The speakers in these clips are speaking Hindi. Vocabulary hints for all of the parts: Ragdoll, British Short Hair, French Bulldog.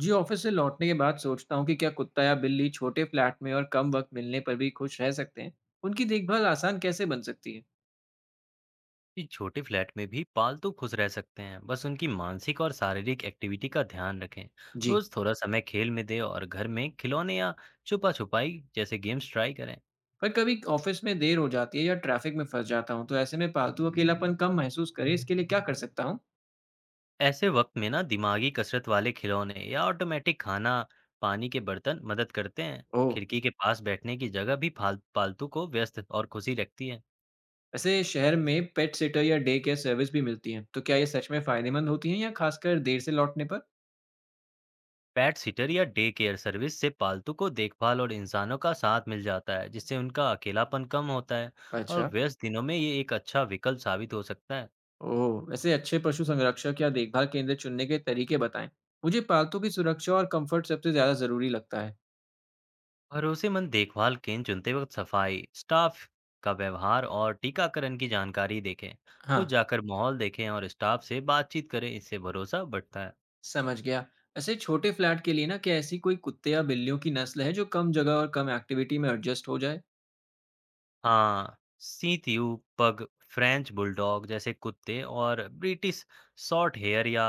जी, ऑफिस से लौटने के बाद सोचता हूँ कि क्या कुत्ता या बिल्ली छोटे फ्लैट में और कम वक्त मिलने पर भी खुश रह सकते हैं। उनकी देखभाल आसान कैसे बन सकती है। जी, छोटे फ्लैट में भी पालतू खुश रह सकते हैं। बस उनकी मानसिक और शारीरिक एक्टिविटी का ध्यान रखें। जी। रोज थोड़ा समय खेल में दें और घर में खिलौने या छुपा छुपाई जैसे गेम्स ट्राई करें। पर कभी ऑफिस में देर हो जाती है या ट्रैफिक में फंस जाता हूँ तो ऐसे में पालतू अकेलापन कम महसूस करे इसके लिए क्या कर सकता हूँ। ऐसे वक्त में ना दिमागी कसरत वाले खिलौने या ऑटोमेटिक खाना पानी के बर्तन मदद करते हैं। ओह, खिड़की के पास बैठने की जगह भी पालतू को व्यस्त और खुशी रखती है। वैसे शहर में पेट सिटर या डे केयर सर्विस भी मिलती है तो क्या ये सच में फायदेमंद होती है या खासकर देर से लौटने पर। पेट सिटर या डे केयर सर्विस से पालतू को देखभाल और इंसानों का साथ मिल जाता है जिससे उनका अकेलापन कम होता है। और अच्छा। व्यस्त दिनों में ये एक अच्छा विकल्प साबित हो सकता है। ओह, वैसे अच्छे पशु संरक्षक या देखभाल केंद्र चुनने के तरीके बताएं। मुझे पालतू की सुरक्षा और कंफर्ट सबसे ज्यादा जरूरी लगता है। भरोसेमंद देखभाल केंद्र चुनते वक्त सफाई, स्टाफ का व्यवहार और टीकाकरण की जानकारी देखें। खुद हाँ, जाकर माहौल देखें और स्टाफ से बातचीत करें, इससे भरोसा बढ़ता है। समझ गया। वैसे छोटे फ्लैट के लिए ना, क्या ऐसी कोई कुत्ते या बिल्लियों की नस्ल है जो कम जगह और कम एक्टिविटी में एडजस्ट हो जाए? हाँ, सींथियू पग, फ्रेंच बुलडॉग जैसे कुत्ते और ब्रिटिश शॉर्ट हेयर या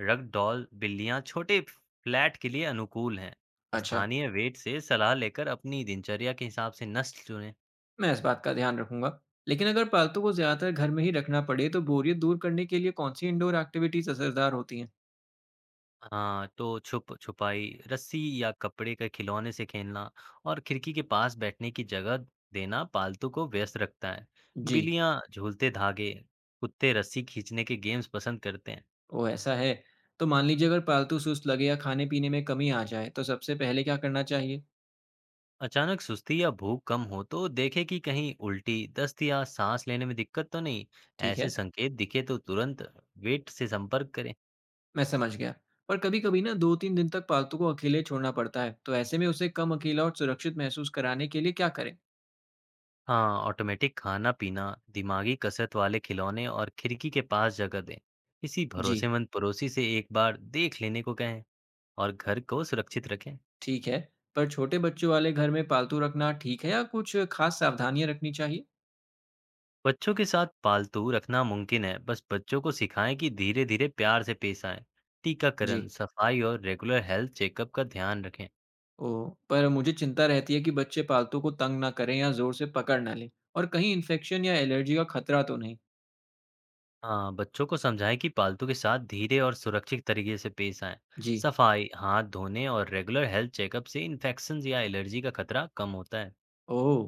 रगडॉल बिल्लियाँ छोटे फ्लैट के लिए अनुकूल हैं। अच्छा, स्थानीय वेट से सलाह लेकर अपनी दिनचर्या के हिसाब से नस्ल चुनें। मैं इस बात का ध्यान रखूंगा। लेकिन अगर पालतू को ज्यादातर घर में ही रखना पड़े तो बोरियत दूर करने के लिए कौन सी इंडोर एक्टिविटीज असरदार होती हैं? हाँ, तो छुप छुपाई, रस्सी या कपड़े के खिलौने से खेलना और खिड़की के पास बैठने की जगह देना पालतू को व्यस्त रखता है। जी। बिल्लियाँ झूलते धागे, कुत्ते रस्सी खींचने के गेम्स पसंद करते हैं। ओ, ऐसा है। तो मान लीजिए अगर पालतू सुस्त लगे या खाने पीने में कमी आ जाए तो सबसे पहले क्या करना चाहिए? अचानक सुस्ती या भूख कम हो तो देखें कि कहीं उल्टी, दस्त या सांस लेने में दिक्कत तो नहीं। ठीक ऐसे है, संकेत दिखे तो तुरंत वेट से संपर्क करें। मैं समझ गया। पर कभी कभी ना, दो तीन दिन तक पालतू को अकेले छोड़ना पड़ता है तो ऐसे में उसे कम अकेला और सुरक्षित महसूस कराने के लिए क्या करें? हाँ, ऑटोमेटिक खाना पीना, दिमागी कसरत वाले खिलौने और खिड़की के पास जगह दें। किसी जी, भरोसेमंद पड़ोसी से एक बार देख लेने को कहें और घर को सुरक्षित रखें। ठीक है। पर छोटे बच्चों वाले घर में पालतू रखना ठीक है या कुछ खास सावधानियाँ रखनी चाहिए? बच्चों के साथ पालतू रखना मुमकिन है, बस बच्चों को सिखाएं कि धीरे धीरे प्यार से पेश आए। टीकाकरण, जी। सफाई और रेगुलर हेल्थ चेकअप का ध्यान रखें। ओह! पर मुझे चिंता रहती है कि बच्चे पालतू को तंग ना करें या ज़ोर से पकड़ ना लें, और कहीं इन्फेक्शन या एलर्जी का खतरा तो नहीं। हाँ, बच्चों को समझाएं कि पालतू के साथ धीरे और सुरक्षित तरीके से पेश आएं। जी। सफाई, हाथ धोने और रेगुलर हेल्थ चेकअप से इन्फेक्शन या एलर्जी का खतरा कम होता है। ओह!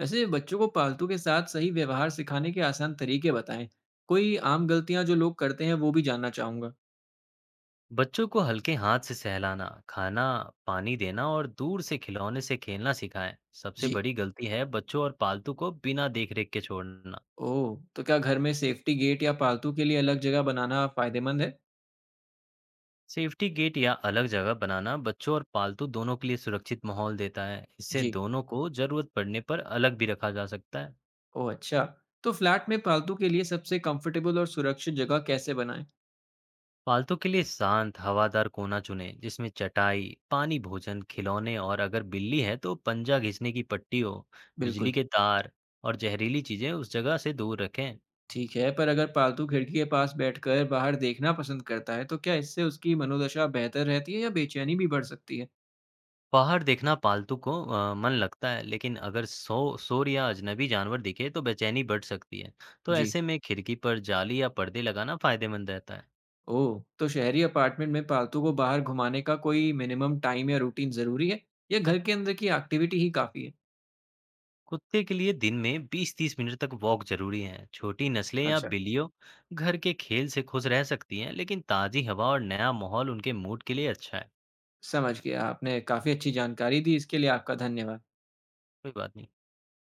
वैसे बच्चों को पालतू के साथ सही व्यवहार सिखाने के आसान तरीके बताएँ। कोई आम गलतियाँ जो लोग करते हैं वो भी जानना चाहूँगा। बच्चों को हल्के हाथ से सहलाना, खाना पानी देना और दूर से खिलौने से खेलना सिखाएं। सबसे जी। बड़ी गलती है बच्चों और पालतू को बिना देखरेख के छोड़ना। ओह! तो क्या घर में सेफ्टी गेट या पालतू के लिए अलग जगह बनाना फ़ायदेमंद है? सेफ्टी गेट या अलग जगह बनाना बच्चों और पालतू दोनों के लिए सुरक्षित माहौल देता है। इससे जी। दोनों को जरूरत पड़ने पर अलग भी रखा जा सकता है। ओह, अच्छा। तो फ्लैट में पालतू के लिए सबसे कंफर्टेबल और सुरक्षित जगह कैसे बनाएं। पालतू के लिए शांत हवादार कोना चुनें जिसमें चटाई, पानी भोजन, खिलौने और अगर बिल्ली है तो पंजा घिसने की पट्टी हो। बिजली बिल्कुल। के तार और जहरीली चीजें उस जगह से दूर रखें। ठीक है, पर अगर पालतू खिड़की के पास बैठकर बाहर देखना पसंद करता है तो क्या इससे उसकी मनोदशा बेहतर रहती है या बेचैनी भी बढ़ सकती है। बाहर देखना पालतू को मन लगता है, लेकिन अगर शोर या अजनबी जानवर दिखे तो बेचैनी बढ़ सकती है। तो जी। ऐसे में खिड़की पर जाली या पर्दे लगाना फायदेमंद रहता है। ओह, तो शहरी अपार्टमेंट में पालतू को बाहर घुमाने का कोई मिनिमम टाइम या रूटीन जरूरी है या घर के अंदर की एक्टिविटी ही काफी है। कुत्ते के लिए दिन में 20-30 मिनट तक वॉक जरूरी है। छोटी नस्लें या अच्छा, बिल्लियों घर के खेल से खुश रह सकती हैं, लेकिन ताजी हवा और नया माहौल उनके मूड के लिए अच्छा है। समझ गया। आपने काफी अच्छी जानकारी दी, इसके लिए आपका धन्यवाद। कोई बात नहीं।